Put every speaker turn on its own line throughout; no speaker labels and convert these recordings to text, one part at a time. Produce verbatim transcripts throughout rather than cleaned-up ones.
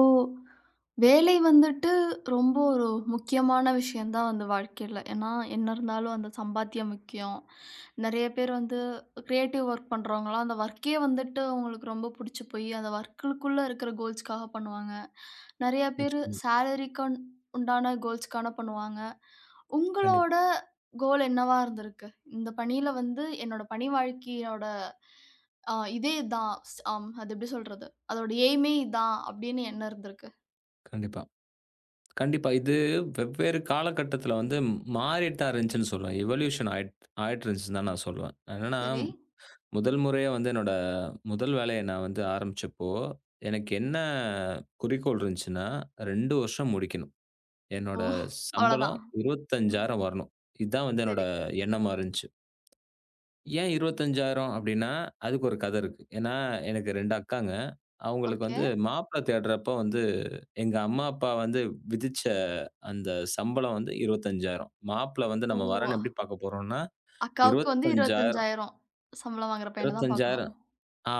இப்போ வேலை வந்துட்டு ரொம்ப ஒரு முக்கியமான விஷயம் தான் வந்து வாழ்க்கையில. ஏன்னா, என்ன இருந்தாலும் அந்த சம்பாத்தியம் முக்கியம். நெறைய பேர் வந்து கிரியேட்டிவ் ஒர்க் பண்றவங்கலாம், அந்த ஒர்க்கே வந்துட்டு அவங்களுக்கு ரொம்ப புடிச்சு போய், அந்த ஒர்க்குக்குள்ள இருக்கிற கோல்ஸ்க்காக பண்ணுவாங்க. நெறைய பேரு
நிச்சயமா.
சேலரிக்கு உண்டான கோல்ஸ்க்கான பண்ணுவாங்க.
கண்டிப்பா,
உங்களோட கோல் என்னவா இருந்திருக்கு? இந்த பணியில வந்து என்னோட பணி வாழ்க்கையோட அ இதே தான். ஸ் அம் அது எப்படி சொல்றது? அதோட எய்மே இதான் அப்படின்னு எண்ணம் இருந்திருக்கு.
கண்டிப்பா. கண்டிப்பா. இது வெவ்வேறு காலகட்டத்தில வந்து மாறிட்டு தான் இருந்துச்சுன்னு சொல்லுவேன். எவல்யூஷன் ஆயிட் ஆயிட்டு இருந்துச்சுன்னு தான் நான் சொல்லுவேன். என்னன்னா,
சரி.
முதல் முறையா வந்து என்னோட முதல் வேலைய நான் வந்து ஆரம்பிச்சப்போ, எனக்கு என்ன குறிக்கோள் இருந்துச்சுன்னா, ரெண்டு வருஷம் முடிக்கணும்.
ஓ!
என்னோட சம்பளம்
அவ்வளதான்.
இருபத்தி ஐந்தாயிரம் வரணும். இதுதான் வந்து என்னோட
சரி.
எண்ணமா இருந்துச்சு. ஏன் இருபத்தி ஐந்தாயிரம் அப்டின்னா, அதுக்கு ஒரு கதை இருக்கு. ஏன்னா, எனக்கு ரெண்டு அக்காங்க. அவங்களுக்கு
ஓகே.
வந்து மாப்பிள்ளை தேடுறப்ப வந்து எங்க அம்மா, அப்பா வந்து விதிச்ச அந்த சம்பளம் வந்து இருபத்தைஞ்சாயிரம் மாப்பிள வந்து
ஓ!
நம்ம வரன் எப்படி பார்க்க போறோம்னா,
அக்காவுக்கு வந்து
இருபத்தி ஐந்தாயிரம்
இருபத்தி ஐந்தாயிரம் சம்பளம் வாங்குற பையன தான் பார்க்கணும்.
இருபத்தைஞ்சாயிரம் ஆ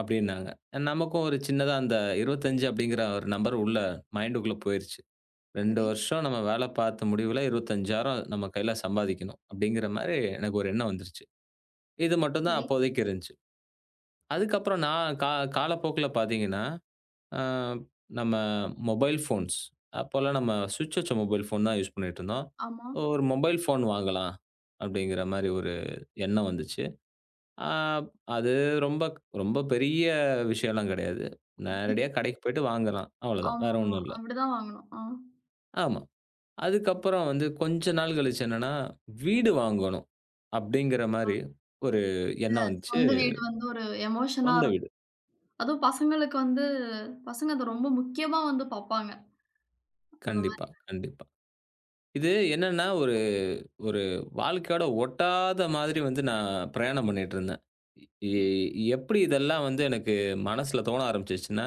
அப்படின்னாங்க. நமக்கும் ஒரு சின்னதா அந்த இருபத்தைஞ்சு அப்படிங்கிற ஒரு நம்பர் உள்ள மைண்டுக்குள்ள போயிருச்சு. ரெண்டு
சரி,
வருஷம் நம்ம வேலை பார்த்த முடிவுல இருபத்தி ஐந்தாயிரம் நம்ம கையில சம்பாதிக்கணும் அப்படிங்கிற மாரி எனக்கு ஒரு எண்ணம் வந்துருச்சு. இது மட்டும் தான்
சரி.
அப்போதைக்கு இருந்துச்சு. அதுக்கப்புறம் நான் கா காலப்போக்குல பார்த்தீங்கன்னா ஆ நம்ம மொபைல் ஃபோன்ஸ். அப்போலாம் நம்ம சுவிட்ச் வச்ச மொபைல் ஃபோன் தான் யூஸ் பண்ணிட்டுருந்தோம்.
ஆமா.
ஒரு மொபைல் ஃபோன் வாங்கலாம் அப்படிங்கிற மாரி ஒரு எண்ணம் வந்துச்சு. ஆ அது ரொம்ப ரொம்ப பெரிய விஷயம்லாம் கிடையாது.
ஓகே.
நேரடியா கடைக்கு போயிட்டு வாங்கலாம். அவ்வளோதான். வேற
ஆமாமா.
ஒண்ணும் இல்ல.
அப்படிதான் வாங்கணும். ஆ.
ஆமா. அதுக்கப்புறம் வந்து கொஞ்ச நாள் கழிச்சு என்னன்னா, வீடு வாங்கணும் அப்படிங்கிற
ஆமா.
மாரி ஒரு
இல்ல,
எண்ணம் வந்துச்சு.
சொந்த வீடு வந்து ஒரு எமோஷனா
சொந்த
இருக்கும்.
வீடு.
அதுவும் பசங்களுக்கு வந்து பசங்க அத ரொம்ப முக்கியமா வந்து பார்ப்பாங்க. அந்த மாரி.
கண்டிப்பா, கண்டிப்பா. இது என்னன்னா ஒரு வாழ்க்கையோட ஒட்டாத மாதிரி வந்து நான் பிரயாணம் பண்ணிட்டுருந்தேன். எ
ம்.
எப்படி இதெல்லாம் வந்து எனக்கு மனசுல தோண ஆரம்பிச்சுச்சுன்னா,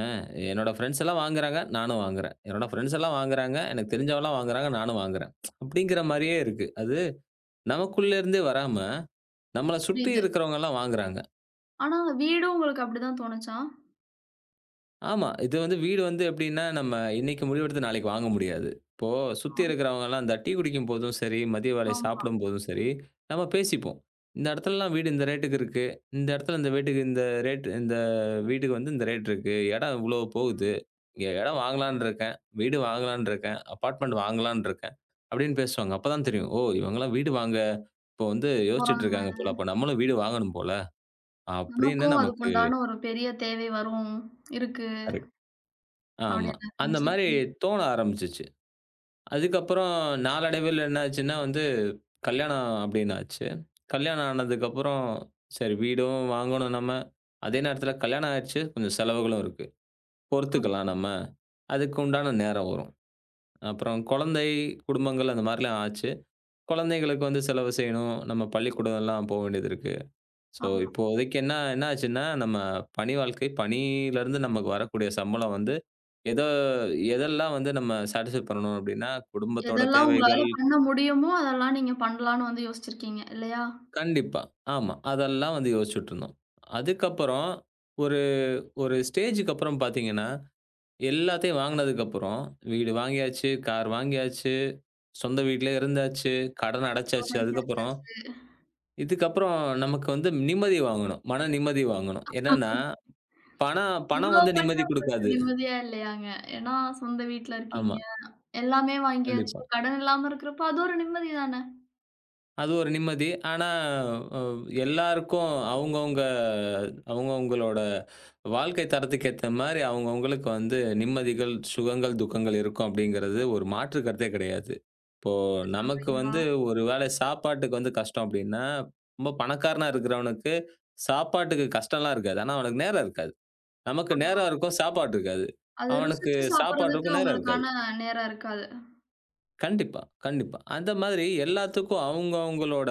அ என்னோட ஃப்ரெண்ட்ஸ் எல்லாம் வாங்குறாங்க, நானும் வாங்குறேன். என்னோட ஃப்ரெண்ட்ஸ் எல்லாம் வாங்குறாங்க, எனக்கு தெரிஞ்சவன்லாம் வாங்குறாங்க, நானும் வாங்குறேன். அப்படிங்கிற மாரியே இருக்கு. அது நமக்குள்ள இருந்தே வராம, நம்மள சுற்றி
புரியுது.
இருக்கிறவங்கலாம் வாங்குறாங்க.
ஆனா வீடும் உங்களுக்கு அப்படிதான் தோணுச்சா?
ஆமா. இது வந்து வீடு வந்து எப்படின்னா, நம்ம இன்னைக்கு முடிவெடுத்து நாளைக்கு வாங்க முடியாது. இப்போ
ஆ.
சுத்தி இருக்கிறவங்கலாம் இந்த டீ குடிக்கும்போதும் சரி, மதிய வேலை
ஆமா.
சாப்பிடும்போதும் சரி, நம்ம பேசிப்போம். இந்த இடத்துலலாம் வீடு இந்த ரேட்டுக்கு இருக்கு. இந்த இடத்துல இந்த வீட்டுக்கு இந்த ரேட் இந்த வீட்டுக்கு வந்து இந்த ரேட் இருக்கு. இடம் இவ்வளோ போகுது.
ம்.
இங்க இடம் வாங்கலான்னு இருக்கேன். வீடு வாங்கலான்னு இருக்கேன். அபார்ட்மெண்ட் வாங்கலான்னு இருக்கேன். அப்படின்னு பேசுவாங்க. அப்பதான் தெரியும். ஓ! இவங்கலாம் வீடு வாங்க இப்போ வந்து யோசிச்சுட்டு இருக்காங்க
போறாங்க.
போல. அப்ப நம்மளும் வீடு வாங்கணும் போல. அப்படின்னு
நமக்கும்
நமக்கு
அதுக்குண்டான ஒரு பெரிய தேவை வரும், இருக்கு
கரெக்ட். ஆமா.
அப்படின்னு
அந்த மாரி
நினைச்சிருக்கீங்க.
தோண ஆரம்பிச்சுச்சு. அதுக்கப்புறம் நாளடைவில என்ன ஆச்சுன்னா வந்து, கல்யாணம் அப்படின்னு ஆச்சு. கல்யாணம் ஆனதுக்கப்புறம், சரி வீடும் வாங்கணும் நம்ம. அதே நேரத்தில கல்யாணம் ஆயிருச்சு. கொஞ்சம் செலவுகளும் இருக்கு.
ஆமா,
பொறுத்துக்கலாம் நம்ம. அதுக்கு உண்டான நேரம் வரும். அப்புறம் குழந்தை, குடும்பங்கள் அந்த மாரிலாம் ஆச்சு. குழந்தைகளுக்கு வந்து செலவு செய்யணும். நம்ம பள்ளிக்கூடம்லாம் போ வேண்டியது இருக்கு. ஸோ
ஆமா.
இப்போதைக்கு என்ன என்ன ஆச்சுன்னா, நம்ம பணி வாழ்க்கை பணியிலருந்து நமக்கு வரக்கூடிய சம்பளம் வந்து, எத எதெல்லாம் வந்து நம்ம சாட்டிஸ்ஃபை பண்ணணும் அப்படின்னா, குடும்பத்தோட
எதெல்லாம் உங்களால
தேவைகள்
பண்ண முடியுமோ, அதெல்லாம் நீங்க பண்ணலான்னு வந்து யோசிச்சிருக்கீங்க இல்லையா?
கண்டிப்பா. ஆமா. அதெல்லாம் வந்து யோசிச்சுட்டுருந்தோம். அதுக்கப்புறம் ஒரு ஒரு ஸ்டேஜுக்கு அப்புறம் பார்த்தீங்கன்னா, எல்லாத்தையும் வாங்குனதுக்கப்புறம் வீடு வாங்கியாச்சு, கார் வாங்கியாச்சு, சொந்த வீட்லயே இருந்தாச்சு, கடன்
நல்லா
அடைச்சாச்சு.
படிக்க
அதுக்கப்புறம்
வச்சாச்சு.
இதுக்கப்புறம் நமக்கு வந்து நிம்மதி வாங்கணும். மன நிம்மதி வாங்கணும். என்னன்னா, பணம் பணம்
இவ்ளோ
வந்து நிம்மதி
பண்ணியும் உங்களுக்கு
குடுக்காது.
நிம்மதியா இல்லையாங்க? ஏன்னா சொந்த வீட்ல
ஆமா.
இருக்கீங்க, எல்லாமே வாங்கியாச்சு,
கண்டிப்பா.
கடன் இல்லாம இருக்கிறப்போ அது ஒரு நிம்மதி தானே!
அது ஒரு நிம்மதி. ஆனா, அ எல்லாருக்கும் அவங்கவங்க அவங்கவங்களோட வாழ்க்கை தரத்துக்கு ஏத்த மாரி அவங்கவங்களுக்கு வந்து நிம்மதிகள், சுகங்கள், துக்கங்கள் இருக்கும் அப்படிங்கிறது ஒரு மாற்று கருத்தே கிடையாது. இப்போ
அப்டி
நமக்கு
சொல்றீங்களா?
வந்து ஒரு வேளை சாப்பாட்டுக்கு வந்து கஷ்டம் அப்படின்னா, ரொம்ப பணக்காரனா இருக்கிறவனுக்கு சாப்பாட்டுக்கு கஷ்டம்லாம் இருக்காது. ஆனா, அவனுக்கு நேரம் இருக்காது. நமக்கு
ஆமா.
நேரம் இருக்கும், சாப்பாடு இருக்காது.
அது
அவனுக்கு
ருசிச்சு சாப்பிடுறதுக்கு
சாப்பாட்டுக்கும் நேரம் இருக்காது.
உங்களுக்கான நேரம் இருக்காது.
கண்டிப்பா, கண்டிப்பா. அந்த மாதிரி எல்லாத்துக்கும் அவுங்க அவுங்களோட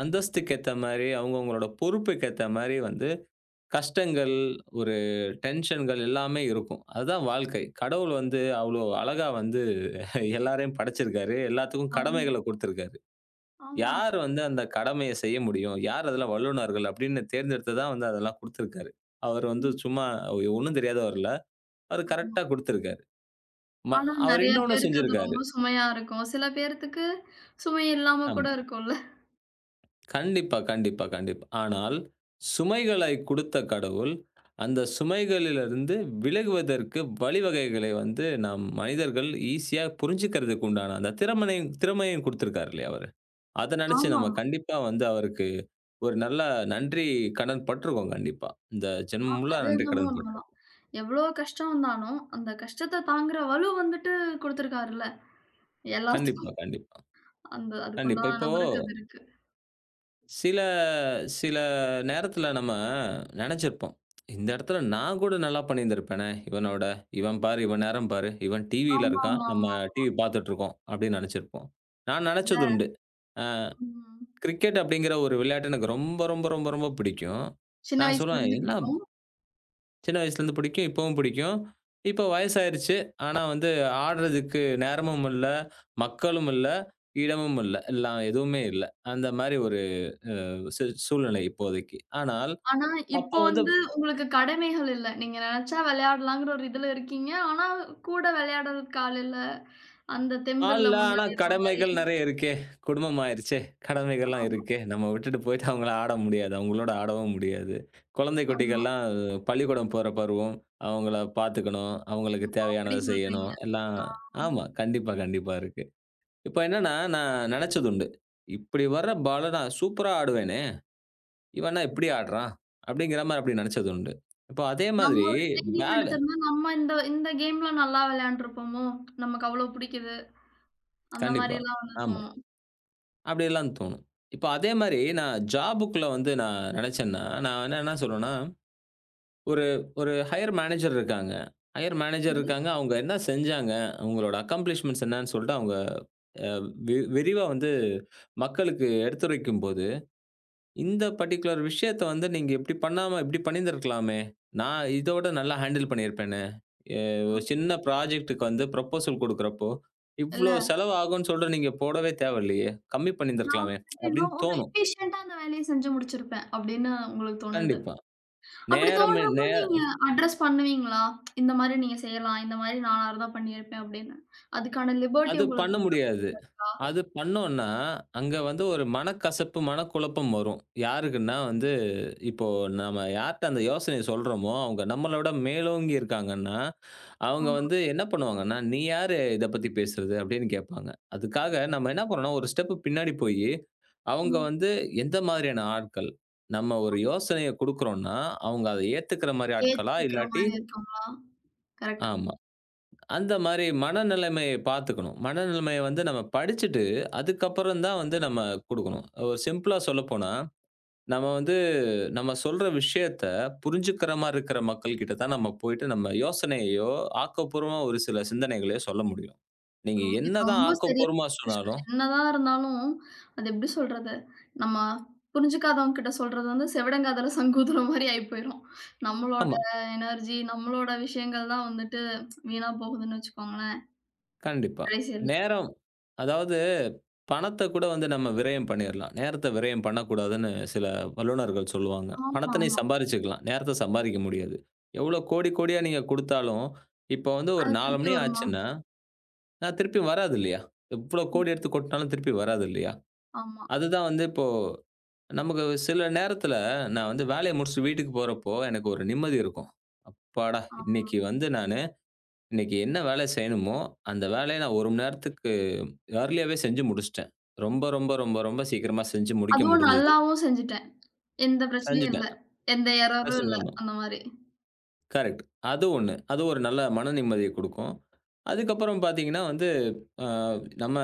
அந்தஸ்துக்கு ஏத்த மாரி, அவுங்க அவுங்களோட பொறுப்புக்கு ஏத்த மாரி வந்து கஷ்டங்கள், ஒரு டென்ஷன்கள் எல்லாமே இருக்கும். அதுதான் வாழ்க்கை. கடவுள் வந்து அவ்ளோ அழகா வந்து எல்லாரையும் படைச்சிருக்காரு. எல்லாத்துக்கும்
ஆமா,
கடமைகள குடுத்திருக்காரு.
ஆமா.
யார் வந்து அந்த கடமைய செய்ய முடியும்? யார் அதுல வல்லுனர்கள்? அப்படின்னு தேர்ந்தெடுத்து தான் வந்து அதெல்லாம் குடுத்திருக்காரு. அவர் வந்து
ம்.
சும்மா ஒண்ணும் தெரியாதவர் இல்ல. அவர்
ஆமா.
கரெக்ட்டா குடுத்திருக்காரு. ம
ஆனா,
அவர்
நெறைய
இன்னொன்னு
பேருக்கு அது
செஞ்சிருக்காரு.
ரொம்ப சுமையா இருக்கும். சில பேர்த்துக்கு சுமை இல்லாம
ஆமா.
கூட இருக்கும்ல.
கண்டிப்பா, கண்டிப்பா, கண்டிப்பா. ஆனால் சுமைகளை குடுத்த கடவுள், அந்த சுமைகளிலிருந்து விலகுவதற்கு வழிவகைகளை வந்து நாம் மனிதர்கள் ஈஸியா புரிஞ்சுக்கிறதுக்கு உண்டான அந்த திறமனையும் திறமையும் குடுத்திருக்காரு இல்லையா அவரு. அத நெனச்சு நம்ம
ஆமாமா.
கண்டிப்பா வந்து அவருக்கு ஒரு நல்ல நன்றி கடன் பட்டுருக்கோம் கண்டிப்பா. இந்த
ஆ,
ஜென்மம்
அது
முழுவதும் நன்றி
என்னமோ
கடன் பட்டுருக்கோம்.
உண்மதான். எவ்ளோ கஷ்டம் வந்தாலும், அந்த கஷ்டத்த தாங்குற வலு வந்துட்டு குடுத்துருக்காருல்ல,
கண்டிப்பா,
எல்லாத்துக்கும்.
கண்டிப்பா,
அந்த
கண்டிப்பா.
அதுக்குண்டான
இப்போ
நபருக்கு அது இருக்கு.
சில சில நேரத்தில நம்ம நெனச்சிருப்போம். இந்த இடத்துல நான் கூட நல்லா பண்ணியிருந்திருப்பேனே! இவனோட. இவன் பாரு, இவன் நேரம் பாரு. இவன் டிவியில இருக்கான். நம்ம
ஆமாமாமா.
டிவி பார்த்துட்டுருக்கோம். அப்படின்னு நெனச்சிருப்போம். நான்
இல்ல.
நெனச்சது உண்டு. அ
ம்.
கிரிக்கெட் அப்படிங்கிற ஒரு விளையாட்டு எனக்கு ரொம்ப, ரொம்ப, ரொம்ப, ரொம்ப பிடிக்கும்.
சின்ன
நான் சொல்லுவேன்,
வயசுலருந்து
"என்ன
பிடிக்கும்.
சின்ன வயசுலேருந்து பிடிக்கும். இப்பவும் பிடிக்கும். இப்போ வயசாயிருச்சு. ஆனா வந்து ஆடுறதுக்கு நேரமும் இல்ல, மக்களும் இல்ல, இடமும் இல்ல. எல்லாம் எதுவுமே இல்ல." அந்த மாரி ஒரு சு சூழ்நிலை இப்போதைக்கு. ஆனால்,
ஆனா,
அப்போ
இப்போ
வந்து
வந்து உங்களுக்கு கடமைகள் இல்ல. நீங்க நெனச்சா விளையாடலாங்கிற ஒரு இதுல இருக்கீங்க. ஆனா, கூட விளையாடுறதுக்கு ஆள் இல்ல. அந்த தெம்பு இல்ல
ஆள்ல
முன்ன
ஆனா
மாரி.
கடமைகள் நெறைய இருக்கே! குடும்பம் ஆயிருச்சே! கடமைகள்லாம்
ஆமா,
இருக்கே! நம்ம விட்டுட்டு போயிட்டு அவங்கள ஆட முடியாது. அவங்களோட ஆடவும் முடியாது. குழந்தை
ஆமா.
குட்டிகள்லாம் பள்ளிக்கூடம் போற பருவம். அவங்கள பார்த்துக்கணும். அவங்களுக்கு
ஓ!
தேவையானத
அப்படி சொல்றீங்க.
செய்யணும். எல்லாம்
ஆ.
ஆமா. கண்டிப்பா, கண்டிப்பா இருக்கு. இப்ப என்னன்னா, நான் நெனச்சதுண்டு. "இப்படி வர்ற பால நான் சூப்பரா ஆடுவேனே! இவன் என்ன இப்படி ஆடுறான்?" அப்படிங்கிற மாரி அப்படி நெனச்சதுண்டு. இப்போ அதே
நம்ம
மாதிரி
ஒரு ட்ரெய்னிங்
வேல
எடுத்திருந்தா, நம்ம இந்த இந்த கேம்ல நல்லா விளையாண்டுருப்போமோ! நமக்கு அவ்ளோ பிடிக்குது. அந்த
கண்டிப்பா.
மாரிலாம் வந்து
ஆமா.
தோணும்.
அப்படியெல்லாம் தோணும். இப்ப அதே மாரி நான் ஜாபுக்குள்ள வந்து நான் நெனச்சேன்னா, நான் என்ன என்ன சொல்லுவேன்னா, ஒரு ஒரு ஹையர் மேனேஜர் இருக்காங்க. ஹையர் மேனேஜர்
சரி.
இருக்காங்க. அவங்க என்ன செஞ்சாங்க? அவங்களோட அக்கம்ப்ளிஷ்மெண்ட்ஸ் என்னன்னு சொல்லிட்டு அவங்க வெ விரிவா வந்து மக்களுக்கு எடுத்துரைக்கும்போது, இந்த பர்ட்டிகுலர் விஷயத்த வந்து நீங்க இப்படி பண்ணாம இப்படி பண்ணியிருந்திருக்கலாமே. நான் இதோட நல்லா ஹேண்டில் பண்ணியிருப்பேனே. எ
ஆ,
ஒரு சின்ன ப்ராஜெக்ட்டுக்கு வந்து ப்ரொபோசல் குடுக்குறப்போ, இவ்ளோ
இல்ல,
செலவு ஆகும்ன்னு சொல்லிட்டு நீங்க போடவே தேவையில்லையே. கம்மி
நான்
பண்ணியிருந்திருக்கலாமே
வந்துட்டு
அப்படின்னு
இன்னும் ஒரு
தோணும்.
எஃபிஷியன்ட்டா அந்த வேலைய செஞ்சு முடிச்சிருப்பேன் அப்படின்னு உங்களுக்கு தோணுது.
கண்டிப்பா.
அப்படி
நேரமே
தோன்றப்போ
நே
நீங்க அட்ரஸ் பண்ணுவீங்களா? இந்த மாரி நீங்க செய்யலாம். இந்த மாரி நானா இருந்தா பண்ணியிருப்பேன் அப்படின்னு. அதுக்கான லிபர்ட்டி
அது
உங்களுக்கு
பண்ண
உண்டா?
முடியாது. அது பண்ணோம்னா, அங்க வந்து ஒரு மனக்கசப்பு, மனக்குழப்பம் வரும். யாருக்குன்னா வந்து, இப்போ நம்ம யார்ட்ட அந்த யோசனைய சொல்றோமோ, அவங்க நம்மள விட மேலோங்கி இருக்காங்கன்னா, அவங்க
ஆமா.
வந்து என்ன பண்ணுவாங்கன்னா, "நீ யாரு இத பத்தி பேசுறது?" அப்படின்னு கேட்பாங்க. அதுக்காக நம்ம என்ன பண்ணணும்னா, ஒரு ஸ்டெப் பின்னாடி போயி, அவங்க
ம்.
வந்து எந்த மாதிரியான ஆட்கள்? நம்ம ஒரு யோசனைய குடுக்குறோம்னா, அவங்க அத ஏத்துக்கிற மாரி ஆட்களா?
ஏத்துக்கிற
இல்லாட்டி
மாரி இருக்குங்களா? கரெக்ட்.
ஆமா. அந்த மாரி மனநிலைமைய பார்த்துக்கணும். மனநிலைமைய வந்து நம்ம படிச்சுட்டு, அதுக்கப்புறம் தான் வந்து நம்ம குடுக்கணும். ஒரு சிம்பிளா சொல்லப்போனா, நம்ம வந்து நம்ம சொல்ற விஷயத்த புரிஞ்சுக்கிற மாரி இருக்கிற மக்கள் கிட்ட தான் நம்ம போயிட்டு நம்ம யோசனையையோ, ஆக்கப்பூர்வமா ஒரு சில சிந்தனைகளையோ சொல்ல முடியும். நீங்க
ரொம் இது
என்னதான்
ரொம்ப சரியான
ஆக்கப்பூர்வமா
ஒரு விஷயம்.
சொன்னாலும்
என்னதான் இருந்தாலும், அது எப்படி சொல்றது? நம்ம புரிஞ்சுக்காதவங்க கிட்ட சொல்றது வந்து செவிடங்காதுல சங்கூதுற மாரி ஆயி போயிரும். நம்மளோட
ஆமா.
எனர்ஜி, நம்மளோட விஷயங்கள் தான் வந்துட்டு வீணா போகுதுன்னு வச்சுக்கோங்களேன்,
கண்டிப்பா.
கடைசியில.
நேரம் அதாவது பணத்த கூட வந்து நம்ம விரயம் பண்ணிறலாம். நேரத்த விரயம் பண்ணக்கூடாதுன்னு சில வல்லுனர்கள் சொல்லுவாங்க. பணத்த நீ
ஆமாமா.
சம்பாரிச்சுக்கலாம். நேரத்த சம்பாரிக்க முடியாது. எவ்வளோ கோடி, கோடியா நீங்க குடுத்தாலும், இப்போ வந்து ஒரு
அது
நாலு
திருப்பி
மணி
வருமா?
ஆச்சுன்னா, நான் திருப்பி வராது இல்லையா? எவ்வளோ
ம்.
கோடி எடுத்து கொட்னாலும் திருப்பி வராது இல்லையா?
ஆமா,
அதுதான் வந்து இப்போ நமக்கு சில நேரத்துல நான் வந்து வேலைய முடிச்சுட்டு வீட்டுக்கு போறப்போ, எனக்கு ஒரு நிம்மதி இருக்கும். அப்பாடா!
ஆமா.
இன்னைக்கு வந்து நானு இன்னைக்கு என்ன வேலை செய்யணுமோ, அந்த வேலைய நான் ஒரு மணி நேரத்துக்கு ஏர்லியாவே செஞ்சு முடிச்சுட்டேன். ரொம்ப, ரொம்ப, ரொம்ப, ரொம்ப சீக்கிரமா செஞ்சு முடிக்க
அதுவும்
முடிஞ்சது.
நல்லாவும் செஞ்சுட்டேன். எந்த பிரச்சனையும் இல்ல.
செஞ்சுட்டேன்.
எந்த எரரும்
பிரச்சனை
இல்ல.
இல்லாம.
அந்த மாரி.
கரெக்ட். அது ஒன்னு. அது ஒரு நல்ல மன நிம்மதிய குடுக்கும். அதுக்கப்புறம் பார்த்தீங்கன்னா வந்து, அ நம்ம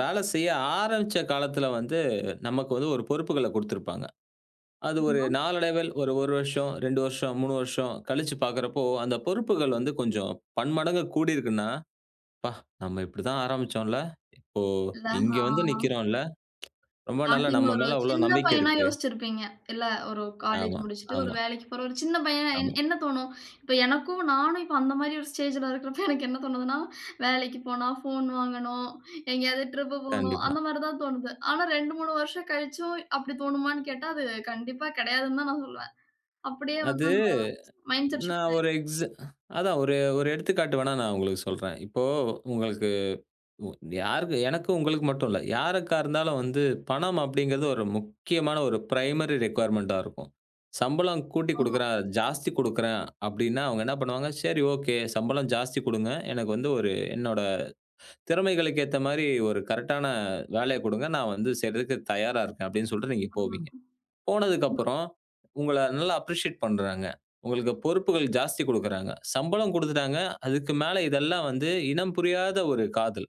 வேலை செய்ய ஆரம்பிச்ச காலத்துல வந்து, நமக்கு வந்து ஒரு பொறுப்புகள குடுத்திருப்பாங்க. அது ஒரு
ஆமா.
நாளடைவில் ஒரு 1 வருஷம், ரெண்டு வருஷம், மூணு வருஷம் கழிச்சு பார்க்கிறப்போ, அந்த பொறுப்புகள் வந்து கொஞ்சம் பன்மடங்கு கூடியிருக்குன்னா, "அப்பா! நம்ம இப்படிதான் ஆரம்பிச்சோம்ல. இப்போ
இல்ல.
இங்க
ஆ.
வந்து நிக்கிறோம்ல. ரொம்ப நல்லா
ஸ்டார்டிங்ல
நம்ம
ஒரு
மேல அவ்ளோ
சின்ன
நம்பிக்கை
பையனா
இருக்கு."
யோசிச்சிருப்பீங்க. இல்ல, ஒரு காலேஜ்
ஆமா,
முடிச்சுட்டு ஒரு
ஆமா,
வேலைக்கு போற ஒரு சின்ன பையன் என்
ஆமா.
என்ன தோணும்? இப்ப எனக்கும் நானும் இப்ப அந்த மாரி ஒரு ஸ்டேஜ்ல இருக்கிறப்ப எனக்கு என்ன தோணுதுன்னா, வேலைக்கு போனா ஃபோன் வாங்கணும், எங்கேயாவது ட்ரிப் போணும்
கண்டிப்பா.
அந்த மாரி தான் தோணுது. ஆனா ரெண்டு, மூணு வருஷம் கழிச்சும் அப்படி தோணுமான்னு கேட்டா, அது கண்டிப்பா கிடையாதுன்னு தான் நான் சொல்லுவேன். அப்படியே வந்து
அது
அந்த மைண்ட் செட்
நான்
ஷிஃப்ட்
ஒரு
ஆயிரும்.
எக்ஸ அதான் ஒரு ஒரு எடுத்துக்காட்டு வேணா நான் உங்களுக்கு சொல்றேன். இப்போ உங்களுக்கு உ யாருக்கு எனக்கு உங்களுக்கு மட்டும் இல்ல. யாருக்கா இருந்தாலும் வந்து பணம் அப்படிங்கிறது ஒரு முக்கியமான ஒரு பிரைமரி ரிக்வயர்மென்ட்டா இருக்கும். சம்பளம் கூட்டி
ஆமா,
குடுக்குறேன், ஜாஸ்தி குடுக்குறேன் அப்படின்னா, அவங்க என்ன பண்ணுவாங்க, "சரி ஓகே. சம்பளம் ஜாஸ்தி குடுங்க. எனக்கு வந்து ஒரு என்னோட திறமைகளுக்கு ஏத்த மாரி ஒரு கரெக்ட்டான வேலைய குடுங்க. நான் வந்து செய்றதுக்கு தயாரா இருக்கேன்" அப்படின்னு சொல்லிட்டு நீங்க
ஆமா,
போவீங்க.
ஆமா,
போனதுக்கப்புறம், உங்கள நல்லா அப்ரிஷியேட் பண்றாங்க. உங்களுக்கு பொறுப்புகள் ஜாஸ்தி குடுக்குறாங்க. சம்பளம் குடுத்துட்டாங்க. அதுக்கு மேல இதெல்லாம் வந்து இனம் புரியாத ஒரு காதல்.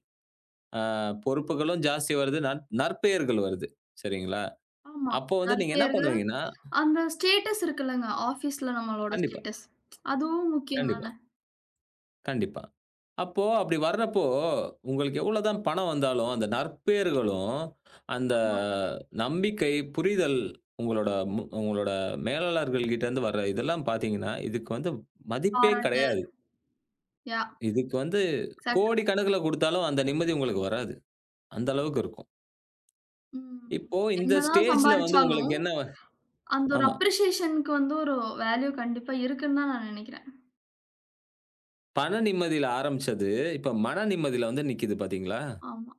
அ பொறுப்புகளும் ஜாஸ்தி வருது. நற் நற்பெயர்கள் வருது. சரிங்களா?
ஆமா.
அப்போ வந்து நீங்க என்ன
நற்பெயர்கள்,
பண்ணுவீங்கன்னா
அந்த ஸ்டேட்டஸ் இருக்குல்லங்க, ஆஃபீஸ்ல நம்மளோட
கண்டிப்பா,
ஸ்டேட்டஸ் அதுவும் முக்கியம்
கண்டிப்பா,
தானே.
கண்டிப்பா. அப்போ அப்படி வர்றப்போ, உங்களுக்கு எவ்வளோ தான் பணம் வந்தாலும், அந்த நற்பெயர்களும், அந்த
ஆமா.
நம்பிக்கை, புரிதல் உங்களோட மு உங்களோட மேலாளர்கள் கிட்ட இருந்து வர்ற இதெல்லாம் பார்த்தீங்கன்னா, இதுக்கு வந்து மதிப்பே
பாராட்டு.
கிடையாது.
யா
இதுக்கு வந்து
எக்ஸாக்ட்.
கோடி கணக்குல குடுத்தாலும் அந்த நிம்மதி உங்களுக்கு வராது. அந்த அளவுக்கு இருக்கும்.
ம்.
இப்போ இந்த
என்னதான்
ஸ்டேஜ்ல வந்து உங்களுக்கு
சம்பாரிச்சாலும்,
என்ன
அந்த ஒரு
ஆமா.
அப்ரிசியேஷனுக்கு வந்து ஒரு வேல்யூ கண்டிப்பா இருக்குன்னு தான் நான் நெனைக்கிறேன்.
பண நிம்மதியில ஆரம்பிச்சது, இப்ப மன நிம்மதியில வந்து நிக்குது பார்த்தீங்களா?
ஆமா.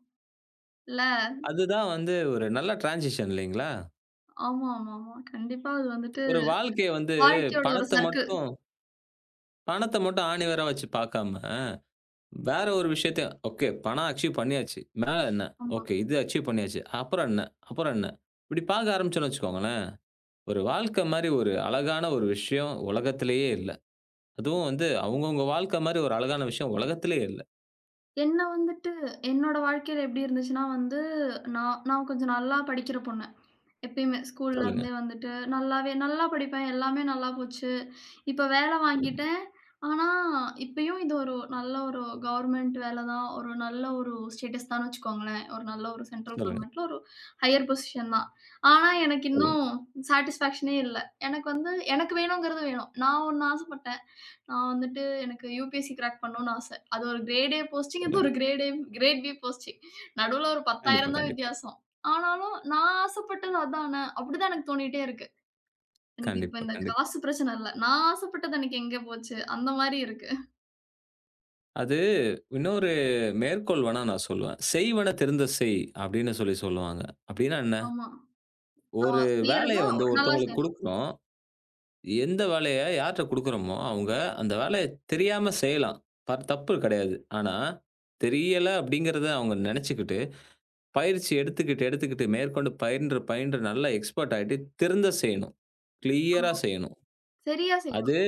இல்ல?
அதுதான் வந்து ஒரு நல்ல டிரான்சிஷன் இல்லைங்களா?
ஆமா, ஆமா, ஆமா. கண்டிப்பா அது வந்துட்டு
ஒரு வாழ்க்கைய வந்து
வாழ்க்கையோட ஒரு
பணத்த
சர்க்கிள்.
மட்டும் பணத்த மட்டும் ஆணிவேரா வச்சு பார்க்காம, வேற ஒரு விஷயத்த ஓகே பணம் அச்சீவ் பண்ணியாச்சு. மேல என்ன? ஓகே இது அச்சீவ் பண்ணியாச்சு. அப்புறம் என்ன? அப்புறம் என்ன? இப்படி பார்க்க ஆரம்பிச்சோம்னு வச்சுக்கோங்களேன், ஒரு வாழ்க்கை மாரி ஒரு அழகான ஒரு விஷயம் உலகத்திலேயே இல்ல. அதுவும் வந்து அவங்கவங்க வாழ்க்கை மாரி ஒரு அழகான விஷயம் உலகத்திலேயே இல்ல.
என்ன வந்துட்டு என்னோட வாழ்க்கையில எப்படி இருந்துச்சுன்னா வந்து, நான் நான் கொஞ்சம் நல்லா படிக்கிற பொண்ணு. எப்பயுமே ஸ்கூல்ல
சொல்லுங்க,
இருந்தே வந்துட்டு நல்லாவே நல்லா படிப்பேன். எல்லாமே நல்லா போச்சு. இப்ப வேலை வாங்கிட்டேன். ஆனா, இப்பயும் இது ஒரு நல்ல ஒரு கவர்மெண்ட் வேலை தான். ஒரு நல்ல ஒரு ஸ்டேட்டஸ் தான் வச்சுக்கோங்களேன். ஒரு நல்ல ஒரு சென்ட்ரல்
சொல்லுங்க,
கவர்மெண்ட்ல ஒரு ஹையர் பொசிஷன் தான். ஆனா, எனக்கு
சொல்லுங்க,
இன்னும் சாட்டிஸ்ஃபேக்ஷனே இல்ல. எனக்கு வந்து எனக்கு வேணுங்கிறது வேணும். நான் ஒண்ணு ஆசைப்பட்டேன். நான் வந்துட்டு எனக்கு யுபிஎஸ்சி கிராக் பண்ணணும்னு ஆச. அது ஒரு கிரேட் ஏ போஸ்டிங். இது
சொல்லுங்க.
ஒரு grade A grade B posting. நடுவுல ஒரு
கண்டிப்பா,
பத்தாயிரம் தான்
கண்டிப்பா.
வித்தியாசம். ஆனாலும் நான் ஆசைப்பட்டது அதானே! அப்பிடிதான் எனக்கு தோணிட்டே இருக்கு. எனக்கு இப்ப
கண்டிப்பா,
இந்த
கண்டிப்பா.
காசு பிரச்சனை இல்ல. நான் ஆசைப்பட்டது எனக்கு எங்க போச்சு? அந்த மாரி இருக்கு.
அது இன்னொரு மேற்கோள் வேணா நான் சொல்லுவேன். "செய்வன திருந்த செய்" அப்படின்னு சொல்லி சொல்லுவாங்க. அப்படின்னா என்ன?
ஆமா. ஆ,
ஒரு
செய்யறத
வேலைய வந்து
நல்லா
ஒருத்தவங்களுக்கு
செய்யணும்.
குடுக்குறோம். எந்த வேலைய யார்ட்ட குடுக்குறோமோ, அவங்க அந்த வேலைய தெரியாம செய்யலாம். ப தப்பு கிடையாது. ஆனா, தெரியல அப்படிங்கிறத அவங்க நெனச்சுக்கிட்டு பயிற்சி எடுத்துக்கிட்டு, எடுத்துக்கிட்டு மேற்கொண்டு பயின்று, பயின்று நல்லா எக்ஸ்பெர்ட் ஆயிட்டு திருந்த செய்யணும். கிளியரா
ஆமா.
செய்யணும்.
சரியா
அது
செய்யணும்.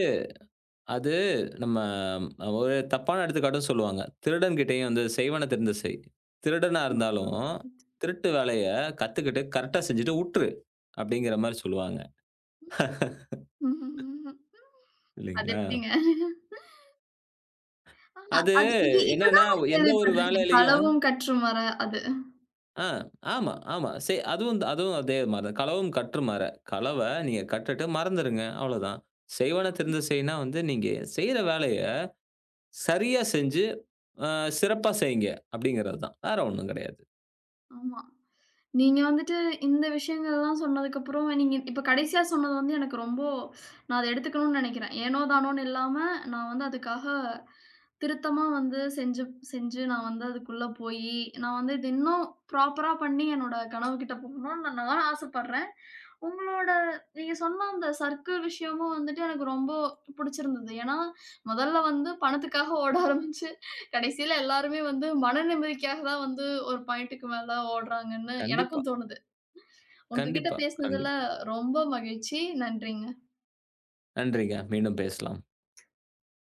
அது நம்ம ஒரு தப்பான எடுத்துக்காட்டும் சொல்லுவாங்க. திருடன்கிட்டயும் வந்து செய்வன திருந்த செய். திருடனா இருந்தாலும், திருட்டு வேலைய கத்துக்கிட்டு கரெக்ட்டா செஞ்சுட்டு உட்ரு. அப்படிங்கிற மாரி சொல்லுவாங்க.
ம்ஹ்ஹ்ம். அது
இல்லைங்களா?
எப்பிடிங்க? ஆ,
அது
அது இது
என்னன்னா
இதுதான் நான்
எந்த ஒரு
கேள்விப்பட்டிருக்கேன்.
வேலையிலயும்
களவும் கற்றும் வர அது.
ஆ. ஆமா, ஆமா. சே அதுவும் த- அதுவும் அதே மாரி தான். களவும் கற்றுமாற. களவ நீங்க கற்றுட்டு மறந்துருங்க. அவ்வளோதான். செய்வன திருந்த செய்னா வந்து நீங்க செய்ற வேலைய சரியா செஞ்சு, அ சிறப்பா செய்யுங்க அப்படிங்கிறது தான். வேற ஒண்ணும் கிடையாது.
ஆமா. நீங்க வந்துட்டு இந்த விஷயங்கள்லாம் சொன்னதுக்கப்புறம், நீங்க இப்ப கடைசியா சொன்னது வந்து எனக்கு ரொம்ப, நான் அத எடுத்துக்கணும்னு நெனைக்கிறேன். ஏனோ தானோன்னு இல்லாம, நான் வந்து அதுக்காக திருத்தமா வந்து செஞ்சு செஞ்சு நான் வந்து அதுக்குள்ள போயி, நான் வந்து இது இன்னும் ப்ராப்பரா பண்ணி என்னோட கனவுகிட்ட போகணும்னு நான் நானும் ஆசைப்படுறேன். உங்களோட நீங்க சொன்ன அந்த சர்க்கிள் விஷயமும் வந்துட்டு எனக்கு ரொம்ப புடிச்சிருந்தது. ஏன்னா, முதல்ல வந்து பணத்துக்காக ஓட ஆரம்பிச்சு, கடைசியில எல்லாருமே வந்து மன நிம்மதிக்காக தான் வந்து ஒரு பாயிண்ட்டுக்கு மேல ஓடுறாங்கன்னு
கண்டிப்பா,
எனக்கும் தோணுது. உங்ககிட்ட
கண்டிப்பா,
பேசினதுல
கண்டிப்பா.
ரொம்ப மகிழ்ச்சி. நன்றிங்க.
நன்றிங்க. மீண்டும் பேசலாம்.